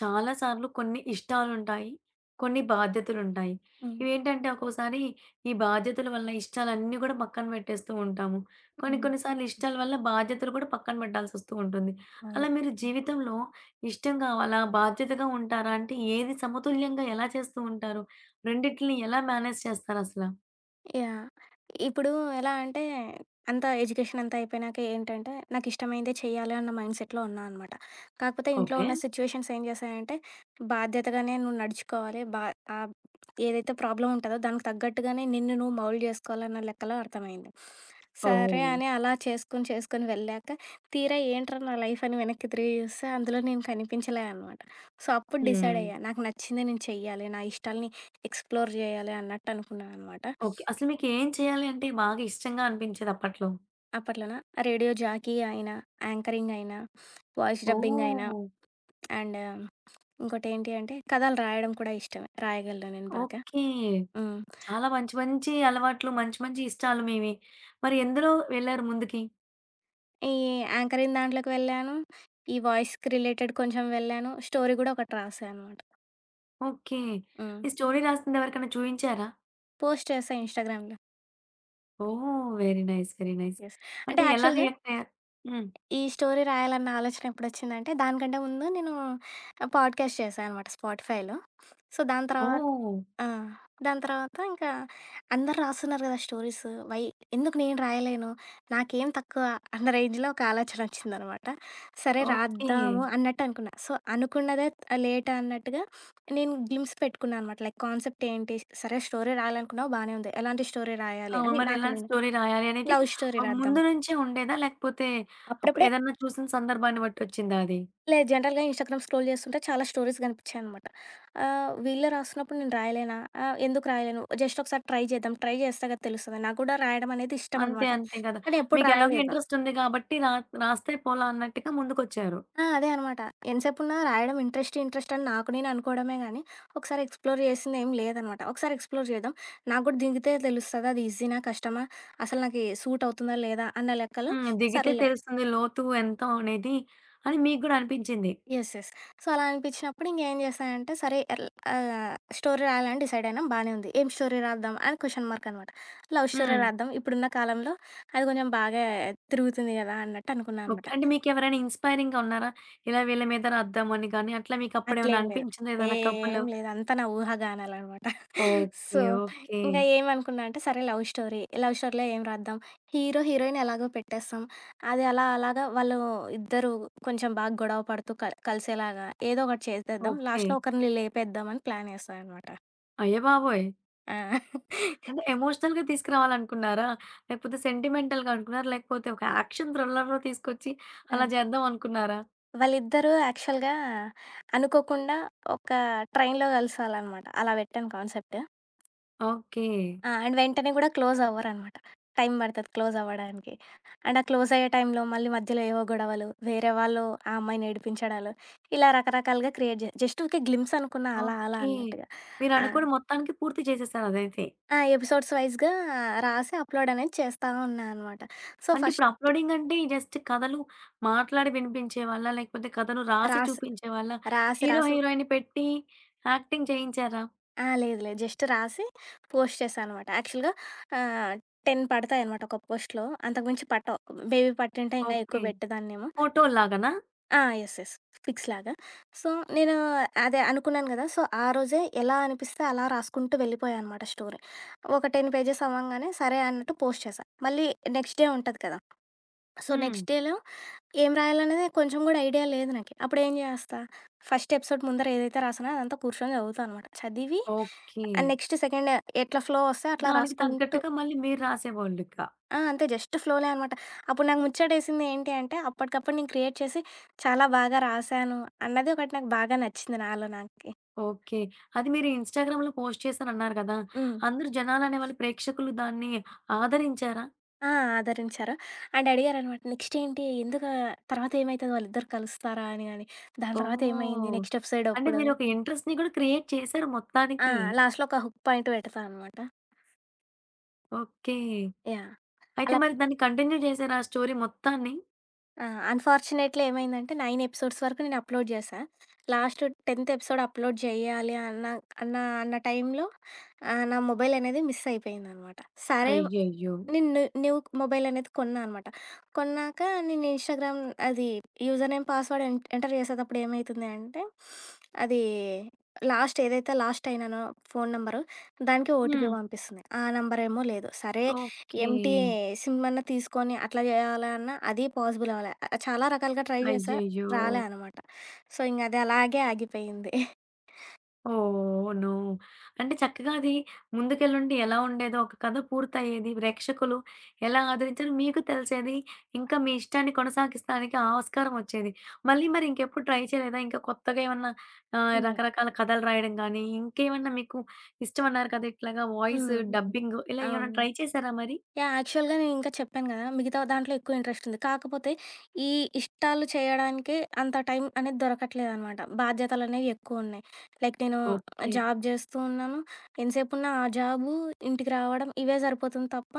చాలా సార్లు కొన్ని ఇష్టాలుంటాయి. కొన్ని బాధ్యతలుంటాయి. హ్మ్. ఇవేంటంటే ఒక్కోసారి ఈ బాధ్యతల వల్ల ఇష్టాలన్నీ గూడా పక్కన పెట్టేస్తూ ఉంటాము. కొన్ని హ్మ్. కొన్ని సార్లు ఇష్టాల వల్ల బాధ్యతలు కూడా పక్కన పెట్టాల్సొస్తూ ఉంటుంది. అవును. అలా మీరు జీవితంలో ఇష్టం కావాలా? బాధ్యతగా ఉంటారా? అంటే ఏది సమతుల్యంగా ఎలా చేస్తూ ఉంటారు? రెండిటిలిని ఎలా మేనేజ్ చేస్తారసల? యాహ్! ఇప్పుడు ఎలా అంటే అంతా ఎడ్యుకేషన్ అంతా అయిపోయినాక ఏంటంటే నాకు ఇష్టమైనదే చేయాలి అన్న మైండ్ సెట్‌లో ఉన్నా అనమాట. కాకపోతే ఇంట్లో ఓకే. ఉన్న సిట్యుయేషన్స్ ఏం చేశాయంటే బాధ్యతగానే నువ్వు నడుచుకోవాలి. ఆహ్, ఏదైతే ప్రాబ్లమ్ ఉంటదో దానికి తగ్గట్టుగానే నిన్ను నువ్వు మౌల్డ్ చేసుకోవాలన్న లెక్కలో అర్థమైంది. సరే ఓహ్! అని అలా చేసుకొని చేసుకొని వెళ్ళాక తీరా ఏంట్రా నా లైఫ్ అని వెనక్కి తిరిగి చూస్తే అందులో నేను కనిపించలే అనమాట. సో, అప్పుడు హ్మ్. డిసైడ్ అయ్యా. నాకు నచ్చింది నేను చెయ్యాలి. నా ఇష్టాల్ని ఎక్స్‌ప్లోర్ చేయాలి అన్నట్టు అనుకున్నాననమాట. ఓకే. అసలు మీకేం చేయాలి అంటే బాగా ఇష్టంగా అనిపించేది అప్పట్లో? అప్పట్లోనా? రేడియో జాకీ అయినా, యాంకరింగ్ అయినా, వాయిస్ డబ్బింగ్ అయినా ఓహ్! అండ్ ఇంకోటేంటి అంటే కథలు రాయడం కూడా ఇష్టమే. రాయగలను నేను బాగా. ఓకే. హ్మ్. చాలా మంచి మంచి అలవాట్లు, మంచి మంచి ఇష్టాలు మీవి. మరి ఎందులో వెళ్లారు ముందుకి? ఈ యాంకరింగ్ దాంట్లోకి వెళ్ళాను. ఈ వాయిస్‌కి రిలేటెడ్ కొంచెం వెళ్ళాను. స్టోరీ గూడా ఒకటి రాశా అనమాట. ఓకే. హ్మ్. ఈ స్టోరీ రాసింది ఎవరికైనా చూయించారా? పోస్ట్ చేశా ఇన్‌స్టాగ్రామ్‌లో. Oh! Very nice. Very nice. Yes. అంటే అంటే ఎలా యాక్చువల్‌గా రియాక్ట్ అయ్యారు? హ్మ్. ఈ స్టోరీ రాయాలన్న ఆలోచన ఎప్పుడొచ్చిందంటే దానికంటే ముందు నేను పాడ్‌కాస్ట్ చేశా అనమాట స్పాటిఫైలో. సో దాని తర్వాత ఓహ్! ఆ! దాని తర్వాత ఇంకా అందరూ రాస్తున్నారు గదా! స్టోరీస్. వై ఎందుకు నేను రాయలేను? నాకేం తక్కువ అన్న రేంజ్‌లో ఒక ఆలోచనొచ్చిందనమాట. సరే ఓకే. రాద్దాము అన్నట్టు అనుకున్నా. సో, అనుకున్నదే లేట్ అన్నట్టుగా నేను గ్లిమ్స్ పెట్టుకున్నా అనమాట. లైక్ కాన్సెప్ట్ ఏంటి? సరే స్టోరీ రాయాలనుకున్నావు బానే ఉంది. ఎలాంటి స్టోరీ రాయాలి అవును. అని మరి నాకు ఎలాంటి నేను స్టోరీ రాయాలి అనేది లవ్ స్టోరీ రాద్దాం. ముందు నుంచే ఉండేదా? లేకపోతే అప్ అప్పుడప్పుడే ఏదన్నా చూసిన సందర్భాన్ని బట్టి వచ్చిందా అది? లేదు. జనరల్‌గా ఇన్‌స్టాగ్రామ్ స్క్రోల్ చేస్తుంటే చాలా స్టోరీస్ కనిపించాయనమాట. వీళ్ళే రాస్తున్నప్పుడు నేను రాయలేనా? ఎందుకు రాయలేను? జస్ట్ ఒకసారి ట్రై చేద్దాం. ట్రై చేస్తే కదా తెలుస్తది. నాకు కూడా రాయడం అనేది ఇష్టం అంతే. అనమాట. అంతే కదా! కానీ ఎప్పుడు మీకెలాగో రాయలేదు. ఇంట్రెస్ట్ ఉంది కాబట్టి రాస్తే పోలా అన్నట్టుగా ముందుకొచ్చారు. ఆ! అదే అనమాట. ఎంతసేపున్నా రాయడం ఇంట్రెస్ట్ అని నాకు నేను అనుకోవడమే గానీ, ఒకసారి ఎక్స్‌ప్లోర్ చేసిందేమి లేదనమాట. ఒకసారి ఎక్స్‌ప్లోర్ చేద్దాం. నాకు కూడా దిగితే తెలుస్తది అది ఈజీనా? కష్టమా? అసలు నాకి సూట్ అవుతుందా? లేదా? అన్న లెక్కలో హ్మ్. దిగితే సర్లే తెలుస్తుంది లోతు ఎంత అనేది అని మీకు గూడా అనిపించింది. యెస్. యెస్. సో, అలా అనిపించినప్పుడు ఇంకేం చేశానంటే, ఆహ్, స్టోరీ రాయాలని డిసైడ్ అయినా బానే ఉంది. ఏం స్టోరీ రాద్దాం అని క్వెషన్ మార్క్ అనమాట. లవ్ స్టోరీ హ్మ్. రాద్దాం. ఇప్పుడున్న కాలంలో అది కొంచెం బాగా తిరుగుతుంది గదా! అన్నట్టు అనుకున్నా ఓకే. అనమాట. అంటే మీకెవరైనా ఇన్‌స్పైరింగ్‌గా ఉన్నారా? ఇలా వీళ్ళ మీద రాద్దామని గాని అట్లా మీకప్పుడేమైనా అట్లేం లేదు. అనిపించిందా ఏదైనా కపులు? ఏం లేదు. అంతా నా ఊహాగానాలనమాట. So, okay. ఓకే. ఇంక ఏమనుకున్నా అంటే, సరే లవ్ స్టోరీ. లవ్ స్టోరీలో ఏం రాద్దాం? హీరో, హీరోయిన్ ఎలాగో పెట్టేస్తాం. అది అలా అలాగా వాళ్ళు ఇద్దరు కొంచెం బాగా గొడవ పడుతూ కలిసేలాగా ఏదో ఒకటి చేసేద్దాం. ఓకే. లాస్ట్‌లో ఒకరిని లేపేద్దామని ప్లాన్ ఏశా అనమాట. అయ్యబాబోయ్! ఆ! అంటే ఎమోషనల్‌గా తీసుకురావాలనుకున్నారా? లేకపోతే సెంటిమెంటల్‌గా అనుకున్నారా? లేకపోతే ఒక యాక్షన్ థ్రిల్లర్‌లో తీసుకొచ్చి ఆ! అలా చేద్దాం అనుకున్నారా? వాళ్ళిద్దరూ యాక్చువల్‌గా అనుకోకుండా ఒక ట్రైన్‌లో కలిసాలనమాట. అలా పెట్టాను కాన్సెప్ట్. ఓకే. ఆ! అండ్ వెంటనే గూడా క్లోజ్ అవ్వరనమాట. టైం పడతది క్లోజ్ అవ్వడానికి. అండ్ ఆ క్లోజ్ అయ్యే టైంలో మళ్ళీ మధ్యలో ఏవో గొడవలు, వేరే వాళ్ళు ఆ అమ్మాయిని ఏడిపించడాలు, ఇలా రకరకాలుగా క్రియేట్ జే జస్ట్ ఊరికే గ్లిమ్స్ అనుకున్నా అలా అలా ఓకే. అన్నట్టుగా. ఆ! మీరనుకోని మొత్తానికి పూర్తి చేసేసారు అదైతే. ఆ! ఎపిసోడ్స్ వైస్‌గా రాసి అప్‌లోడ్ అనేది చేస్తా ఉన్నా అనమాట. సో, అంటే ఇప్పుడు ఫస్ట్ అప్‌లోడింగ్ అంటే జస్ట్ కథలు మాట్లాడి వినిపించేవాళ్ళా? లేకపోతే కథను రాసి రాసి చూపించేవాళ్ళా? రాసి హీరో, రాసి హీరోయిన్ పెట్టి యాక్టింగ్ చేయించారా? ఆ! లేదు లేదు. జస్ట్ రాసి పోస్ట్ చేశా అనమాట. యాక్చువల్‌గా ఆహ్, 10 పడతాయనమాట ఒక పోస్ట్‌లో. అంతకుమించి పట్టవు. బేబీ పట్టింటే ఇంకా ఎక్కువ ఓకే. పెట్టేదాన్నేమో. ఫోటో‌ల్లాగానా? ఆ! యెస్. యెస్. ఫిక్స్ లాగా. సో, నేను అదే అనుకున్నాను గదా! సో, ఆ రోజే ఎలా అనిపిస్తే అలా రాసుకుంటూ వెళ్ళిపోయా అనమాట స్టోరీ. ఒక 10 పేజెస్ అవ్వంగానే సరే అన్నట్టు పోస్ట్ చేశా. మళ్ళీ నెక్స్ట్ డే ఉంటది కదా! సో, హ్మ్. నెక్స్ట్ డేలో ఏం రాయాలనేది కొంచెం గూడా ఐడియా లేదు నాకి. అప్పుడేం జేస్తా, ఫస్ట్ ఎపిసోడ్ ముందర ఏదైతే రాసానో అదంతా కూర్చొని చదువుతా అనమాట. చదివి ఓకే. నెక్స్ట్ సెకండ్ ఎట్లా ఫ్లో వస్తే అట్లా దానికి రాసుకుంటూ తగ్గట్టుగా మళ్ళీ మీరు రాసేవాళ్ళిక. ఆ! అంతే జస్ట్ ఫ్లోలే అనమాట. అప్పుడు నాకు ముచ్చటేసింది ఏంటి అంటే, అప్పటికప్పుడు నేను క్రియేట్ చేసి చాలా బాగా రాశాను అన్నది ఒకటి నాకు బాగా నచ్చింది నాలో నాకే. ఓకే. అది మీరు ఇన్‌స్టాగ్రామ్‌లో పోస్ట్ చేశానన్నారు కదా! హ్మ్. అందరూ జనాలనేవాళ్ళు ప్రేక్షకులు దాన్ని ఆదరించారా? ఆ! ఆదరించారు. అండ్ అడిగారనమాట నెక్స్ట్ ఏంటి? తర్వాత ఏమైతది వాళ్ళిద్దరు కలుస్తారా అని గాని, దాని తర్వాత ఏమైంది? ఓహ్! నెక్స్ట్ ఎపిసోడ్ అంటే అప్పుడు మీరు ఒక ఇంట్రెస్ట్‌ని కూడా క్రియేట్ చేశారు ఆ! మొత్తానికి. లాస్ట్‌లో ఒక హుక్ పాయింట్ పెడతా అనమాట. ఓకే. యాహ్! అయితే అలా మరి దాన్ని కంటిన్యూ చేశారా ఆ స్టోరీ మొత్తాన్ని? ఆ! అన్‌ఫార్చునేట్‌లీ ఏమైందంటే 9 ఎపిసోడ్స్ వరకు నేను అప్‌లోడ్ చేశా. లాస్ట్ 10థ్ ఎపిసోడ్ అప్‌లోడ్ చేయాలి అన్న అన్న అన్న టైంలో నా మొబైల్ అనేది మిస్ అయిపోయిందనమాట. సరే అయ్యయ్యో! నేను న్యూ న్యూ మొబైలనేది కొన్నా అనమాట. కొన్నాక నేను ఇన్‌స్టాగ్రామ్ అది యూజర్ నేమ్, పాస్‌వర్డ్ ఎంటర్ చేసేటప్పుడు ఏమైతుంది అంటే, అది లాస్ట్ ఏదైతే లాస్ట్ అయినానో ఫోను నంబరు, దానికి ఓటీపీ హ్మ్. పంపిస్తుంది. ఆ నంబరేమో లేదు. సరే ఓకే. ఎంప్టీ సిమ్ అన్నా తీసుకొని అట్లా చేయాలన్నా అది పాసిబుల్ అవ్వలే. చాలా రకాలుగా ట్రై చేశా. అయ్యయ్యో! రాలే అనమాట. సో, ఇంగది అలాగే ఆగిపోయింది. ఓహ్! నో. అంటే చక్కగా అది ముందుకెళ్ళుంటే ఎలా ఉండేదో, ఒక కథ పూర్తయ్యేది, ప్రేక్షకులు ఎలా ఆదరించారో మీకు తెలిసేది. ఇంకా మీ ఇష్టాన్ని కొనసాగిస్తానికి ఆస్కారం వచ్చేది. మళ్ళీ మరి ఇంకెప్పుడు ట్రై చేయలేదా? ఇంకా కొత్తగా ఏమన్నా హ్మ్. రకరకాల కథలు రాయడం గానీ, ఇంకేమన్నా మీకు ఇష్టమన్నారు కదా! ఇట్లాగా వాయిస్ హ్మ్. డబ్బింగ్ ఇలా ఏమైనా అవును. ట్రై చేశారా మరి? యాహ్! యాక్చువల్‌గా నేను ఇంకా చెప్పాను గదా! మిగతా దాంట్లో ఎక్కువ ఇంట్రెస్ట్ ఉంది. కాకపోతే ఈ ఇష్టాలు చేయడానికే అంత టైం అనేది దొరకట్లేదనమాట. బాధ్యతలనేవి ఎక్కువున్నాయి. లైక్ నేను ఓకే. జాబ్ జేస్తూ ఉన్నాను. ఎంతసేపున్నా ఆ జాబు, ఇంటికి రావడం ఇవే సరిపోతుంది తప్ప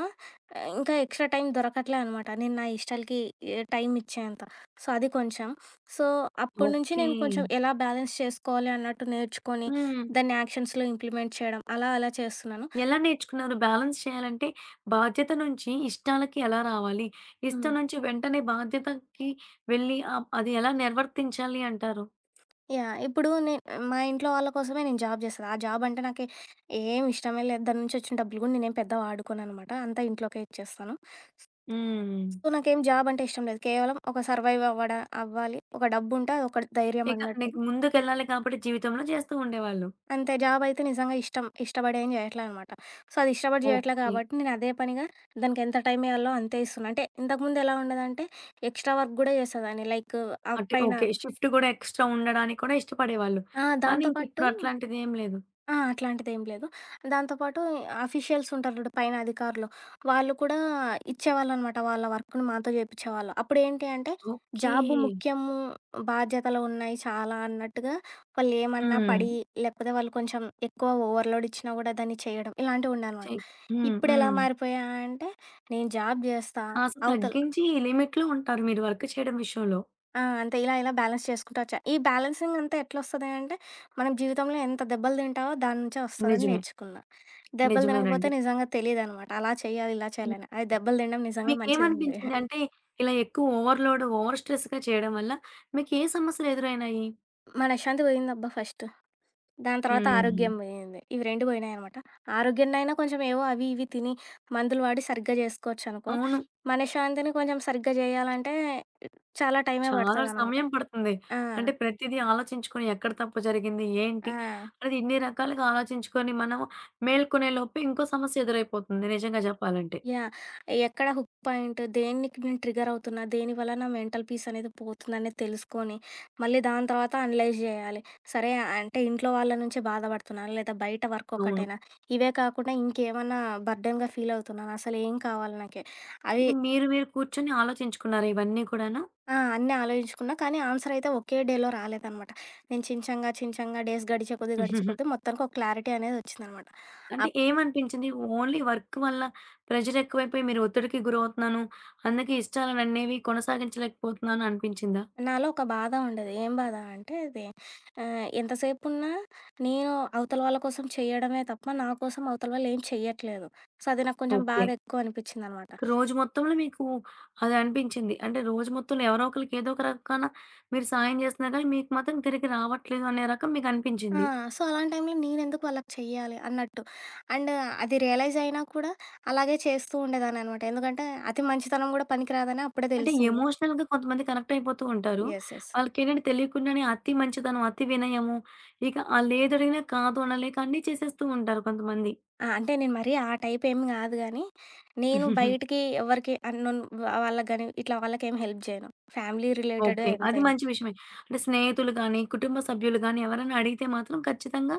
ఇంకా ఎక్స్‌ట్రా టైం దొరకట్లే అనమాట. నేను నా ఇష్టాలకి ఎ టైం ఇచ్చేంత. సో, అది కొంచెం. సో, అప్పటి నుంచి ఓకే. నేను కొంచెం ఎలా బ్యాలెన్స్ చేసుకోవాలి అన్నట్టు నేర్చుకొని, హ్మ్. దాన్ని యాక్షన్స్‌లో ఇంప్లిమెంట్ చేయడం అలా అలా చేస్తున్నాను. ఎలా నేర్చుకున్నారు? బ్యాలెన్స్ చేయాలంటే బాధ్యత నుంచి ఇష్టాలకి ఎలా రావాలి? హ్మ్. ఇష్టం నుంచి వెంటనే బాధ్యతకి వెళ్ళి అది ఎలా నిర్వర్తించాలి అంటారు? యాహ్! ఇప్పుడు నేను మా ఇంట్లో వాళ్ళ కోసమే నేను జాబ్ చేస్తది. ఆ జాబ్ అంటే నాకు ఏం ఇష్టమే లేదు. దాని నుంచి వచ్చిన డబ్బులు కూడా నేనేం పెద్దగా వాడుకోననమాట. అంతా ఇంట్లోకే ఇచ్చేస్తాను. హ్మ్. సో, నాకేం జాబ్ అంటే ఇష్టం లేదు. కేవలం ఒక సర్వైవ్ అవ్వాలి. ఒక డబ్బుంటే అది ఒక ధైర్యం ఇక అన్నట్టు. నీకు ముందుకెళ్ళాలి కాబట్టి జీవితంలో చేస్తూ ఉండేవాళ్ళు. అంతే జాబ్ అయితే నిజంగా ఇష్టం. ఇష్టపడి ఏం చేయట్లే అనమాట. సో, అది ఇష్టపడి చేయట్లే ఓకే. కాబట్టి నేను అదే పనిగా దానికి ఎంత టైం ఇయ్యాలో అంతే ఇస్తున్నా. అంటే ఇంతకుముందు ఎలా ఉండేదంటే ఎక్స్‌ట్రా వర్క్ కూడా చేసేదాన్ని. లైక్ అంటే పైన ఓకే. షిఫ్ట్ గూడా ఎక్స్‌ట్రా ఉండడానికి కూడా ఇష్టపడేవాళ్ళు. ఆ! కానీ దాంతో ఇంక పాటు ఇప్పుడు అట్లాంటిదేం లేదు. ఆ! అట్లాంటిదేం లేదు. దాంతో పాటు అఫీషియల్స్ ఉంటారు చూడు పైన అధికారులు. వాళ్ళు కూడా ఇచ్చేవాళ్ళనమాట. వాళ్ళ వర్క్‌ని మాతో చేపిచ్చేవాళ్ళు. అప్పుడేంటి అంటే ఓకే. జాబు ముఖ్యము, బాధ్యతలు ఉన్నాయి చాలా అన్నట్టుగా వాళ్ళేమన్నా హ్మ్. పడి, లేకపోతే వాళ్ళు కొంచెం ఎక్కువ ఓవర్‌లోడ్ ఇచ్చినా కూడా దాన్ని చేయడం ఇలాంటివుండనమాట. చెక్ హ్మ్. ఇప్పుడెలా హ్మ్. మారిపోయా అంటే నేను జాబ్ జేస్తా, కాస్త అవతల తగ్గించి లిమిట్‌లో ఉంటారు మీరు వర్క్ చేయడం విషయంలో. ఆ! అంతే. ఇలా ఇలా బ్యాలెన్స్ చేసుకుంటూ వచ్చా. ఈ బ్యాలెన్సింగ్ అంతా ఎట్లొస్తది అంటే, మనం జీవితంలో ఎంత దెబ్బలు తింటామో దాని నుంచే వస్తదని నిజమే. నేర్చుకున్నా. దెబ్బలు తినకపోతే నిజమేనండి. నిజంగా తెలీదనమాట. అలా చేయాలి, ఇలా హ్మ్. చేయాలని. అది దెబ్బలు తినడం నిజంగా మంచిదండి. మీకేమనిపించింది? అంటే ఇలా ఎక్కువ ఓవర్‌లోడ్, ఓవర్ స్ట్రెస్‌గా చేయడం వల్ల మీకు ఏ సమస్యలు ఎదురైనాయి? మనశ్శాంతి పోయిందబ్బా ఫస్ట్. దాని తర్వాత హ్మ్. ఆరోగ్యం పోయింది. ఇవి 2 పోయినాయనమాట. ఆరోగ్యాన్నయినా కొంచెం ఏవో అవి ఇవి తిని, మందులు వాడి సరిగ్గా జేసుకోవచ్చనుకో. అవును. మనశ్శాంతిని కొంచెం సరిగ్గా జేయాలంటే చాలా టైమే చాలా పడతదనమాట. సమయం పడుతుంది. ఆ! అంటే ప్రతిదీ ఆలోచించుకొని ఎక్కడ తప్పు జరిగింది? ఏంటి? ఆ! అనేది ఇన్ని రకాలుగా ఆలోచించుకొని మనం మేల్కొనే లోపే ఇంకో సమస్య ఎదురైపోతుంది నిజంగా చెప్పాలంటే. యాహ్! ఎక్కడ హుక్ పాయింట్, దేనికి నేను ట్రిగ్గర్ అవుతున్నా, దేని వల్ల నా మెంటల్ పీస్ అనేది పోతుందనేది తెలుసుకొని, మళ్ళీ దాని తర్వాత అనలైజ్ జేయాలి. సరే అంటే ఇంట్లో వాళ్ళ నుంచి బాధపడుతున్నానా? లేదా బయట వర్క్ అవును. ఒకటేనా? ఇవే కాకుండా ఇంకేమన్నా బర్డెన్‌గా ఫీల్ అవుతున్నానా? అసలు ఏం కావాలి నాకి? అవి ఇక మీరు మీరు కూర్చొని ఆలోచించుకున్నారా ఇవన్నీ కూడాను? ఆ! అన్నీ ఆలోచించుకున్నా. కానీ ఆన్సర్ అయితే ఒకే డేలో రాలేదనమాట. నేను చించంగా డేస్ గడిచే కొద్దీ, గడిచే కొద్దీ మొత్తానికి ఒక క్లారిటీ అనేది వచ్చిందనమాట. అంటే ఏమనిపించింది? ఓన్లీ వర్క్ వల్ల ప్రెషరెక్కువైపోయి మీరు ఒత్తిడికి గురవుతున్నాను. అందుకే ఇష్టాలననేవి కొనసాగించలేకపోతున్నాను అనిపించిందా? నాలో ఒక బాధ ఉండేది. ఏం బాధ అంటే అది ఎంతసేపున్నా నేను అవతల వాళ్ళ కోసం చేయడమే తప్ప, నా కోసం అవతల వాళ్ళు ఏం చెయ్యట్లేదు. సో, అది నాకు కొంచెం ఓకే. బాధ ఎక్కువ అనిపిచ్చిందనమాట. రోజు మొత్తంలో మీకు అది అనిపించింది. అంటే రోజు మొత్తంలో ఎవరో ఒకళ్ళకి ఏదో ఒక రకాన మీరు సాయం చేస్తున్నా గానీ, మీకు మాత్రం తిరిగి రావట్లేదు అనే రకం ఆ! మీకనిపించింది. సో, అలాంటి టైంలో నేనెందుకు వాళ్ళకి చెయ్యాలి అన్నట్టు. అండ్ అది రియలైజ్ అయినా కూడా అలాగే చేస్తూ ఉండేదాన్ననమాట. ఎందుకంటే అతి మంచితనం కూడా పనికిరాదని అప్పుడే అంటే తెలిసింది. ఎమోషనల్‌గా కొంతమంది కనెక్ట్ అయిపోతూ ఉంటారు. యెస్. యెస్. వాళ్ళకేంటంటే తెలియకుండానే అతి మంచితనం, అతి వినయము, ఇక ఆళ్ళేదడిగినా కాదు అనలేక అన్నీ చేసేస్తూ ఉంటారు కొంతమంది. ఆ! అంటే నేను మరీ ఆ టైప్ ఏమి గాదు గానీ, నేను బయటికి ఎవరికి అన్నోన్ వాళ్ళకి గాని ఇట్లా వాళ్ళకేమి హెల్ప్ జేయను. ఫ్యామిలీ రిలేటెడే ఓకే. అది ఎంతైనా. మంచి విషయమే. అంటే స్నేహితులు గానీ, కుటుంబ సభ్యులు గానీ ఎవరైనా అడిగితే మాత్రం ఖచ్చితంగా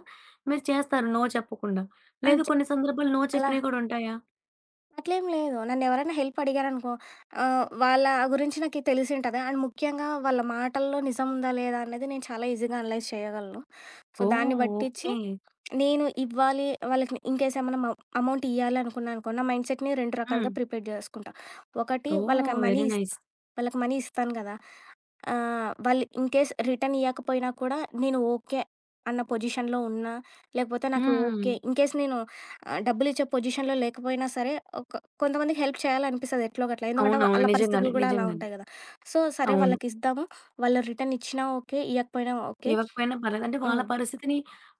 మీరు చేస్తారు నో చెప్పకుండా. ఆ! లేదు చ కొన్ని సందర్భాలు నో అలా చెప్పినవి కూడా ఉంటాయా? అట్లేం లేదు. నన్నెవరైనా హెల్ప్ అడిగారనుకో వాళ్ళ గురించి నాకు తెలిసుంటది. అండ్ ముఖ్యంగా వాళ్ళ మాటల్లో నిజం ఉందా లేదా అన్నది నేను చాలా ఈజీగా అనలైజ్ చేయగలను. So, oh! దాన్ని బట్టిచ్చి ఓకే. నేను ఇవ్వాలి వాళ్ళకి ఇన్‌కేస్ ఏమన్నా మ అమౌంట్ ఇయ్యాలి అనుకున్నా అనుకో, నా మైండ్‌సెట్‌ని 2 హ్మ్. రకాలుగా ప్రిపేర్ జేసుకుంటా. ఒకటి ఓహ్! వాళ్ళకి మనీ వెరీ ఇస్ నైస్. వాళ్ళకి మనీ ఇస్తాను గదా! ఆ! వాళ్ళు ఇన్‌కేస్ రిటర్న్ ఇయ్యకపోయినా కూడా నేను ఓకే. అన్న పొజిషన్‌లో ఉన్నా, లేకపోతే నాకు హ్మ్. ఓకే. ఇన్‌కేస్ నేను డబ్బులిచ్చే పొజిషన్‌లో లేకపోయినా సరే, ఒక కొంతమందికి హెల్ప్ చేయాలనిపిస్తది ఎట్లో గట్ల. ఎందుకంటే అవునవును. వాళ్ళ నిజంగానే. పరిస్థితులు కూడా అలా నిజంగానే. ఉంటాయి గదా! సో, సరే అవును. వాళ్ళకిద్దాము. వాళ్ళు రిటర్న్ ఇచ్చినా ఓకే, ఇయ్యకపోయినా ఓకే. ఇవ్వకపోయినా పర్లేదు. అంటే వాళ్ళ హ్మ్. పరిస్థితిని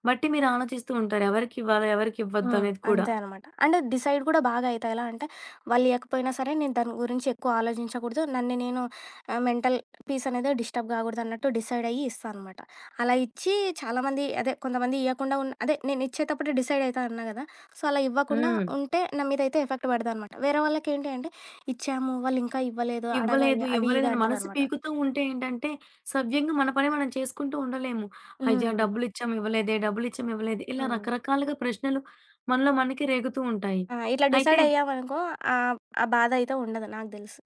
బట్టి మీరు ఆలోచిస్తూ ఉంటారు. ఎవరికివ్వాలా? ఎవరికివ్వద్దు హ్మ్. అనేది కూడా. అంతే అనమాట. అంటే డిసైడ్ కూడా బాగా అయితా. ఎలా అంటే వాళ్ళు ఇయకపోయినా సరే నేను దాని గురించి ఎక్కువ ఆలోచించకూడదు. నన్ను నేను మెంటల్ పీస్ అనేది డిస్టర్బ్ కాకూడదన్నట్టు డిసైడ్ అయ్యి ఇస్తా అనమాట. అలా ఇచ్చి చాలామంది అదే కొంతమంది ఇయకుండా ఉన్న అదే నేను ఇచ్చేటప్పుడే డిసైడ్ అయితా అన్నా గదా! సో, అలా ఇవ్వకుండా హ్మ్. ఉంటే నా మీదయితే ఎఫెక్ట్ పడదనమాట. వేరే వాళ్ళకేంటి అంటే ఇచ్చాము వాళ్ళు ఇంకా ఇవ్వలేదు ఇవ్వలేదు, అడగాలి అది ఇది ఇవ్వలేదని మనసు అంటదనమాట. పీకుతూ ఉంటే ఏంటంటే, సవ్యంగా మన పని మనం చేసుకుంటూ ఉండలేము. అయ్యా! హ్మ్. డబ్బులిచ్చాం ఇవ్వలేదే, ఇలా హ్మ్. రకరకాలుగా ప్రశ్నలు మనలో మనకి రేగుతూ ఉంటాయి. ఆ! ఇట్లా అయితే డిసైడ్ అయ్యామనుకో ఆ! ఆ బాధ అయితే ఉండదు నాకు దెలుసు.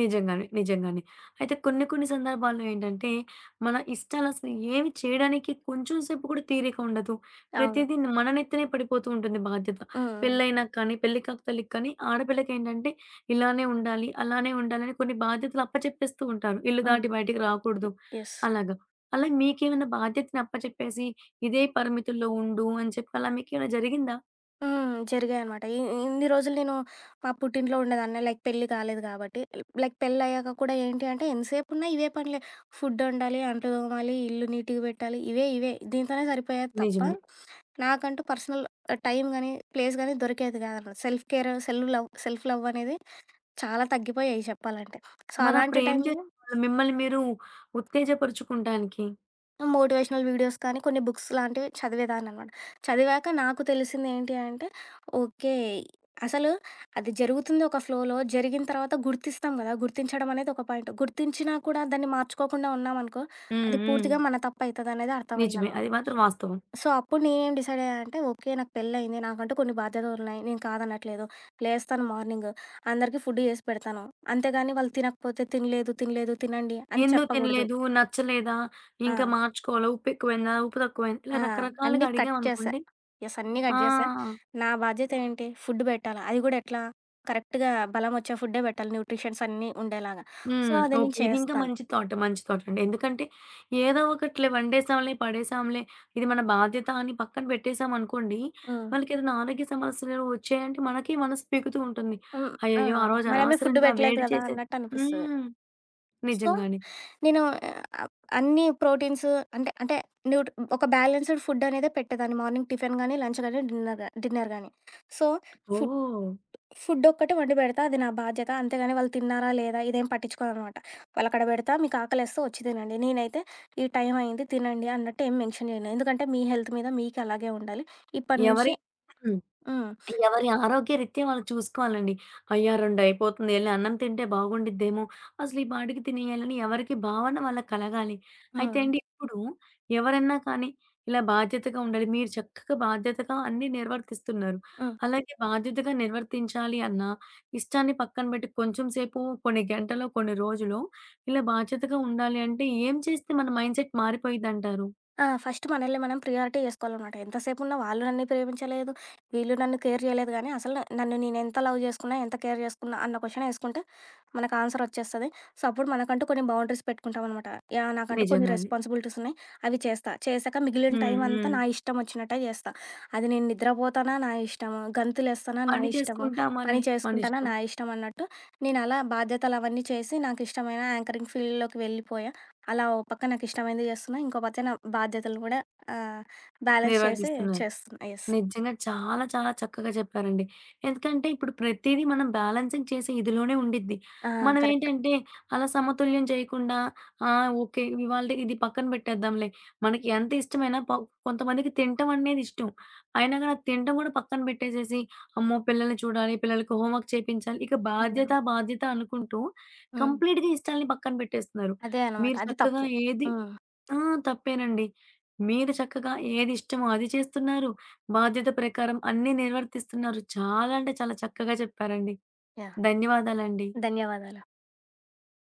నిజంగానే. నిజంగానే. అయితే కొన్ని కొన్ని సందర్భాల్లో ఏంటంటే, మన ఇష్టాలసలు ఏవి చేయడానికి కొంచెం సేపు కూడా తీరిక ఉండదు. అవును. ప్రతీదీ మన నెత్తినే పడిపోతూ ఉంటుంది బాధ్యత. హ్మ్. హ్మ్. పెళ్ళైనాక కానీ, పెళ్లి కాకతోళ్ళకి కానీ ఆడపిల్లకేంటంటే ఇలానే ఉండాలి, అలానే ఉండాలని కొన్ని బాధ్యతలు అప్పచెప్పేస్తూ ఉంటారు. ఇల్లు హ్మ్. దాటి బయటికి రాకూడదు యెస్. అలాగా. అలా మీకేమైనా బాధ్యతని అప్పచెప్పేసి, ఇదే పరిమితుల్లో ఉండు అని చెప్పి అలా మీకేమైనా జరిగిందా? హ్మ్. జరిగాయనమాట. ఇన్ని రోజులు నేను మా పుట్టింట్లో ఉండేదాన్ని. లైక్ పెళ్లి కాలేదు కాబట్టి. లైక్ పెళ్లయ్యాక కూడా ఏంటి అంటే ఎంతసేపున్నా ఇవే పనులే. ఫుడ్ ఒండాలి, అంట్లు తోమాలి, ఇల్లు నీట్‌గా పెట్టాలి. ఇవే ఇవే దీంతోనే సరిపోయేది తప్ప నిజమే. నాకంటూ పర్సనల్ టైం గాని, ప్లేస్ గాని దొరికేది కాదనమాట. సెల్ఫ్ కేర్, సెల్ఫ్ లవ్ అనేది చాలా తగ్గిపోయాయి చెప్పాలంటే. సో, మరప్పుడు అలాంటి ఏం టైంలో చేసేవాళ్ళు మిమ్మల్ని మీరు ఉత్తేజపరుచుకుంటానికి? మోటివేషనల్ వీడియోస్ కానీ, కొన్ని బుక్స్ లాంటివి చదివేదాన్ననమాట. చదివాక నాకు తెలిసిందేంటి అంటే, ఓకే. అసలు అది జరుగుతుంది ఒక ఫ్లోలో. జరిగిన తర్వాత గుర్తిస్తాం గదా! గుర్తించడం అనేది ఒక పాయింట్. గుర్తించినా కూడా దాన్ని మార్చుకోకుండా ఉన్నామనుకో, హ్మ్. అది హ్మ్. పూర్తిగా మన తప్పయితదనేది నిజమే. అర్థమైందనమాట. అది మాత్రం వాస్తవం. సో, అప్పుడు నేనేం డిసైడ్ అయ్యా అంటే, ఓకే. నాకు పెళ్లయింది. నాకంటూ కొన్ని బాధ్యతలున్నాయి. నేను కాదనట్లేదు. లేస్తాను మార్నింగ్. అందరికీ ఫుడ్ చేసి పెడతాను. అంతేగాని వాళ్ళు తినకపోతే తినలేదు, తినలేదు, తినండి అని ఎందుకు చెప్పకూడదు. తినలేదు? నచ్చలేదా? ఆ! ఇంకా మార్చుకోవాలా? ఉప్పు ఎక్కువైందా? ఉప్పు తక్కువైందా? ఇలా ఆ! రకరకాలుగా అన్నీ కట్ చేశా. అడిగామనుకోండి యెస్. అన్నీ కట్ ఆ! చేశా. నా బాధ్యత ఏంటి? ఫుడ్ పెట్టాలా. అది కూడా ఎట్లా? కరెక్ట్‌గా బలమొచ్చే ఫుడ్డే పెట్టాలి. న్యూట్రిషన్స్ అన్నీ ఉండేలాగా. సో, హ్మ్. అది ఓకే. నేను ఇది ఇంకా చేస్తాను. మంచి థాట్. మంచి థాట్ అండి. ఎందుకంటే ఏదో ఒకటిలే వండేసాంలే, పడేసాంలే, ఇది మన బాధ్యత అని పక్కన పెట్టేసామనుకోండి, హ్మ్. వాళ్ళకి ఏదైనా ఆరోగ్య సమస్యలు వచ్చాయంటే మనకే మనసు పీకుతూ ఉంటుంది. హ్మ్. ఆ! అయ్యయ్యో! ఆ రోజు మనమే ఫుడ్ అనవసరంగా పెట్టలేదు వేడి కదా! చేసే అన్నట్టు అనిపిస్తది. హ్మ్. సో, నిజంగానే. నేను ఆహ్, అన్ని ప్రోటీన్స్ అంటే అంటే న్యూట్ ఒక బ్యాలెన్స్‌డ్ ఫుడ్ అనేదే పెట్టేదాన్ని. మార్నింగ్ టిఫిన్ గాని, లంచ్ గాని, డిన్నర్ గాని. So, food oh! ఫుడ్ ఒక్కటి వండి పెడతా. అది నా బాధ్యత. అంతేగాని వాళ్ళు తిన్నారా? లేదా? ఇదేం పట్టించుకోననమాట. వాళ్ళక్కడ పెడతా. మీకు ఆకలేస్తే వచ్చి తినండి. నేనైతే ఈ టైం అయింది తినండి అన్నట్టు ఏం మెన్షన్ చేయను. ఎందుకంటే మీ హెల్త్ మీద మీకు అలాగే ఉండాలి. ఇప్పటి ఎవరి నుంచి హ్మ్. హ్మ్. ఎవరి ఆరోగ్యరీత్యా వాళ్ళు చూసుకోవాలండి. అయ్యా! రెండయిపోతుంది ఎళ్లి అన్నం తింటే బాగుండిద్దేమో, అసలు ఈ పాటికి తినేయాలని ఎవరికి భావన వాళ్ళకి కలగాలి. అయితే హ్మ్. అండి ఇప్పుడు ఎవరన్నా కానీ ఇలా బాధ్యతగా ఉండాలి. మీరు చక్కగా బాధ్యతగా అన్నీ నిర్వర్తిస్తున్నారు. హ్మ్. అలాగే బాధ్యతగా నిర్వర్తించాలి అన్న ఇష్టాన్ని పక్కన పెట్టి కొంచెం సేపు, కొన్ని గంటలో, కొన్ని రోజులో ఇలా బాధ్యతగా ఉండాలి అంటే ఏం చేస్తే మన మైండ్‌సెట్ మారిపోయిద్దంటారు? ఆ! ఫస్ట్ మనల్ని మనం ప్రియారిటీ చేసుకోవాలనమాట. ఎంతసేపున్నా వాళ్ళు నన్ను ప్రేమించలేదు, వీళ్ళు నన్ను కేర్ చేయలేదు గానీ, అసలు నన్ను నేనెంత లవ్ చేసుకున్నా, ఎంత కేర్ చేసుకున్నా అన్న క్వశ్చన్ ఏసుకుంటే మనకు ఆన్సర్ వచ్చేస్తది. సో, అప్పుడు మనకంటూ కొన్ని బౌండరీస్ పెట్టుకుంటామనమాట. యాహ్! నాకంటూ కొన్ని నిజంగానే. రెస్పాన్సిబిలిటీస్ ఉన్నాయి. అవి చేస్తా. చేశాక మిగిలిన హ్మ్. టైం అంతా హ్మ్. నా ఇష్టం వచ్చినట్టే చేస్తా. అది నేను నిద్రపోతానా నా ఇష్టము, గంతులేస్తానా నా పని ఇష్టము, చేసుకుంటామని పని చేసుకుంటానా మనిష్టం నా ఇష్టం అన్నట్టు నేనలా బాధ్యతలవన్నీ చేసి నాకిష్టమైన యాంకరింగ్ ఫీల్డ్‌లోకి వెళ్ళిపోయా. అలా ఓ పక్క నాకిష్టమైనది చేస్తున్నా. ఇంకో పక్క నా బాధ్యతలు గూడా ఆహ్, బ్యాలెన్స్ చేసి అదే. నిర్వర్తిస్తున్నారు. చేస్తున్నా. యెస్. నిజంగా చాలా చాలా చక్కగా చెప్పారండి. ఎందుకంటే ఇప్పుడు ప్రతీదీ మనం బ్యాలెన్సింగ్ చేసే ఇదిలోనే ఉండిద్ది. ఆ! మనం కరెక్ట్. ఏంటంటే అలా సమతుల్యం చేయకుండా ఓకే. ఇవాళది ఇది పక్కన పెట్టేద్దాంలే. మనకి ఎంత ఇష్టమైనా ప కొంతమందికి తినటం అనేది ఇష్టం. అయినా గాని అది తినటం కూడా పక్కన పెట్టేసేసి, అమ్మో! పిల్లల్ని చూడాలి, పిల్లలకి హోంవర్క్ చేపించాలి. ఇక బాధ్యత, హ్మ్. బాధ్యత అనుకుంటూ హ్మ్. కంప్లీట్‌గా ఇష్టాల్ని పక్కన పెట్టేస్తున్నారు. అదే అనమాట. మీరు అది చక్కగా తప్పు. ఏది హ్మ్. ఆ! తప్పేనండి. మీరు చక్కగా ఏది ఇష్టమో అది చేస్తున్నారు. బాధ్యత ప్రకారం అన్నీ నిర్వర్తిస్తున్నారు. చాలా అంటే చాలా చక్కగా చెప్పారండి. యాహ్! ధన్యవాదాలండి. ధన్యవాదాలు.